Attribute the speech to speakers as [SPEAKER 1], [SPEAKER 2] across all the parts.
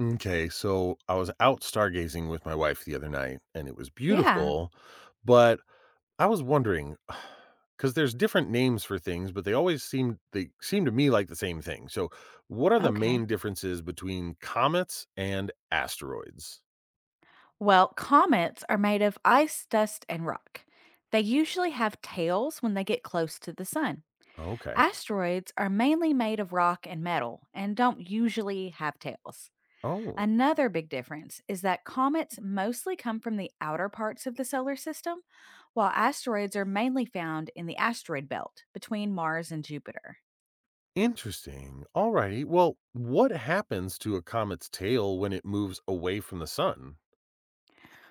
[SPEAKER 1] Okay, so I was out stargazing with my wife the other night, and it was
[SPEAKER 2] Yeah.
[SPEAKER 1] beautiful, but I was wondering, because there's different names for things, but they seem to me like the same thing, so what are the main
[SPEAKER 2] Okay.
[SPEAKER 1] differences between comets and asteroids?
[SPEAKER 2] Well, comets are made of ice, dust, and rock. They usually have tails when they get close to the sun.
[SPEAKER 1] Okay.
[SPEAKER 2] Asteroids are mainly made of rock and metal and don't usually have tails.
[SPEAKER 1] Oh,
[SPEAKER 2] Another big difference is that comets mostly come from the outer parts of the solar system, while asteroids are mainly found in the asteroid belt between Mars and Jupiter.
[SPEAKER 1] interesting. Alrighty, well, what happens to a comet's tail when it moves away from the sun?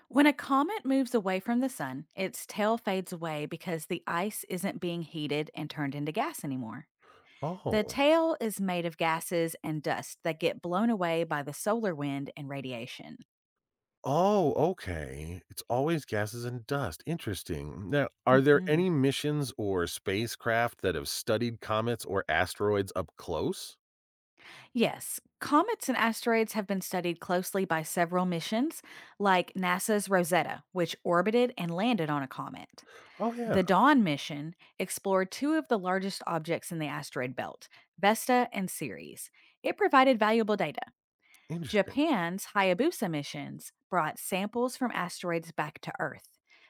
[SPEAKER 2] When a comet moves away from the sun, its tail fades away because the ice isn't being heated and turned into gas anymore. The
[SPEAKER 1] Oh.
[SPEAKER 2] tail is made of gases and dust that get blown away by the solar wind and radiation.
[SPEAKER 1] Oh, okay. It's always gases and dust. Interesting. Now, are there
[SPEAKER 2] Mhm.
[SPEAKER 1] any missions or spacecraft that have studied comets or asteroids up close?
[SPEAKER 2] Yes, comets and asteroids have been studied closely by several missions, like NASA's Rosetta, which orbited and landed on a comet.
[SPEAKER 1] Oh, yeah.
[SPEAKER 2] The Dawn mission explored two of the largest objects in the asteroid belt, Vesta and Ceres. It provided valuable data.
[SPEAKER 1] Interesting.
[SPEAKER 2] Japan's Hayabusa missions brought samples from asteroids back to Earth.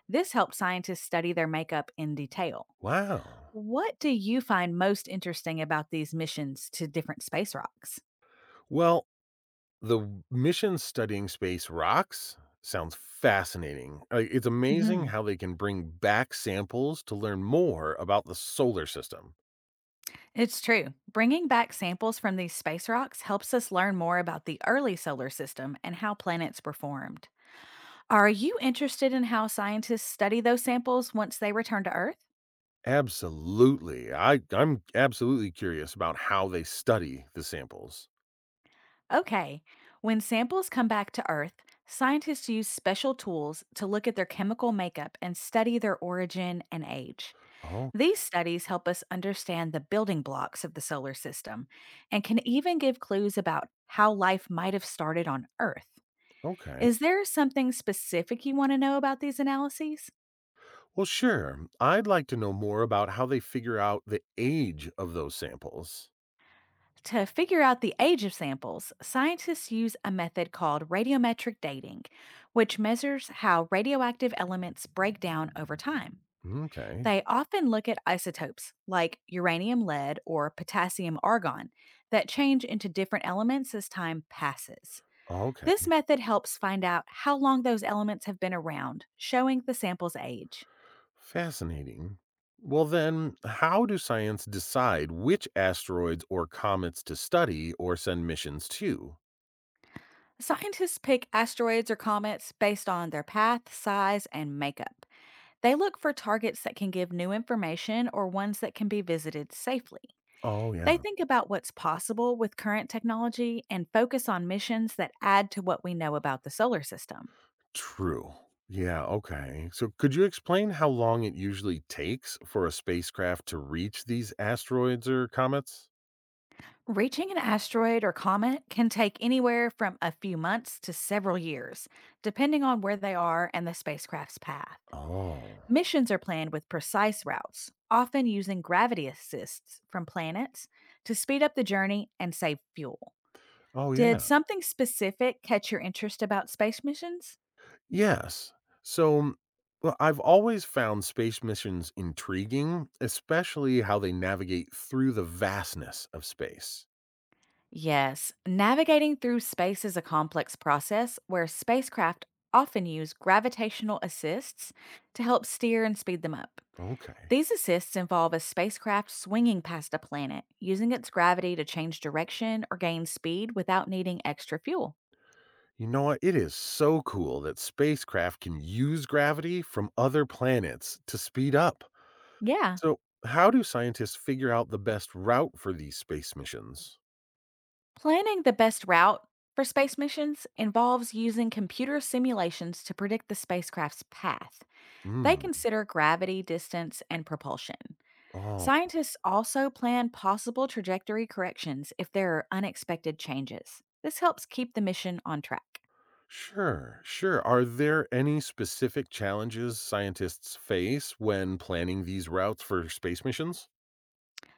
[SPEAKER 2] This helped scientists study their makeup in detail.
[SPEAKER 1] Wow.
[SPEAKER 2] What do you find most interesting about these missions to different space rocks?
[SPEAKER 1] Well, the mission studying space rocks sounds fascinating. Like, it's amazing
[SPEAKER 2] Hmm.
[SPEAKER 1] how they can bring back samples to learn more about the solar system.
[SPEAKER 2] It's true. Bringing back samples from these space rocks helps us learn more about the early solar system and how planets were formed. Are you interested in how scientists study those samples once they return to Earth?
[SPEAKER 1] Absolutely. I'm absolutely curious about how they study the samples.
[SPEAKER 2] Okay. When samples come back to Earth, scientists use special tools to look at their chemical makeup and study their origin and age.
[SPEAKER 1] Oh,
[SPEAKER 2] These studies help us understand the building blocks of the solar system and can even give clues about how life might have started on Earth.
[SPEAKER 1] okay.
[SPEAKER 2] Is there something specific you want to know about these analyses?
[SPEAKER 1] Well, sure. I'd like to know more about how they figure out the age of those samples.
[SPEAKER 2] To figure out the age of samples, scientists use a method called radiometric dating, which measures how radioactive elements break down over time.
[SPEAKER 1] Okay.
[SPEAKER 2] They often look at isotopes like uranium lead or potassium argon that change into different elements as time passes.
[SPEAKER 1] Okay.
[SPEAKER 2] This method helps find out how long those elements have been around, showing the sample's age.
[SPEAKER 1] Fascinating. Well, then, how do science decide which asteroids or comets to study or send missions to?
[SPEAKER 2] Scientists pick asteroids or comets based on their path, size, and makeup. They look for targets that can give new information or ones that can be visited safely.
[SPEAKER 1] Oh, yeah.
[SPEAKER 2] They think about what's possible with current technology and focus on missions that add to what we know about the solar system.
[SPEAKER 1] True. Yeah. Okay. So, could you explain how long it usually takes for a spacecraft to reach these asteroids or comets?
[SPEAKER 2] Reaching an asteroid or comet can take anywhere from a few months to several years, depending on where they are and the spacecraft's path.
[SPEAKER 1] Oh.
[SPEAKER 2] Missions are planned with precise routes, often using gravity assists from planets to speed up the journey and save fuel.
[SPEAKER 1] Oh,
[SPEAKER 2] Did
[SPEAKER 1] yeah.
[SPEAKER 2] something specific catch your interest about space missions?
[SPEAKER 1] Yes. So, well, I've always found space missions intriguing, especially how they navigate through the vastness of space.
[SPEAKER 2] Yes, navigating through space is a complex process where spacecraft often use gravitational assists to help steer and speed them up.
[SPEAKER 1] Okay.
[SPEAKER 2] These assists involve a spacecraft swinging past a planet, using its gravity to change direction or gain speed without needing extra fuel.
[SPEAKER 1] You know what? It is so cool that spacecraft can use gravity from other planets to speed up.
[SPEAKER 2] Yeah,
[SPEAKER 1] So, how do scientists figure out the best route for these space missions?
[SPEAKER 2] planning the best route for space missions involves using computer simulations to predict the spacecraft's path. They
[SPEAKER 1] Hmm.
[SPEAKER 2] consider gravity, distance, and propulsion.
[SPEAKER 1] Oh,
[SPEAKER 2] Scientists also plan possible trajectory corrections if there are unexpected changes. This helps keep the mission on track.
[SPEAKER 1] sure, sure. Are there any specific challenges scientists face when planning these routes for space missions?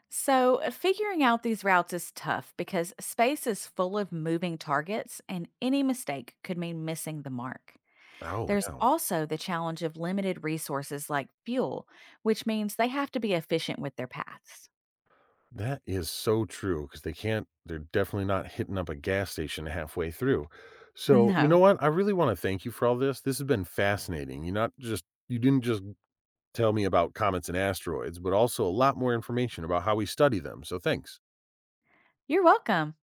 [SPEAKER 2] So, figuring out these routes is tough because space is full of moving targets, and any mistake could mean missing the mark.
[SPEAKER 1] Oh,
[SPEAKER 2] There's
[SPEAKER 1] yeah.
[SPEAKER 2] also the challenge of limited resources like fuel, which means they have to be efficient with their paths.
[SPEAKER 1] That is so true. Because they're definitely not hitting up a gas station halfway through. So, you know
[SPEAKER 2] No,
[SPEAKER 1] what? I really wanna thank you for all this. This has been fascinating. You not just you didn't just tell me about comets and asteroids, but also a lot more information about how we study them. So, thanks.
[SPEAKER 2] you're welcome.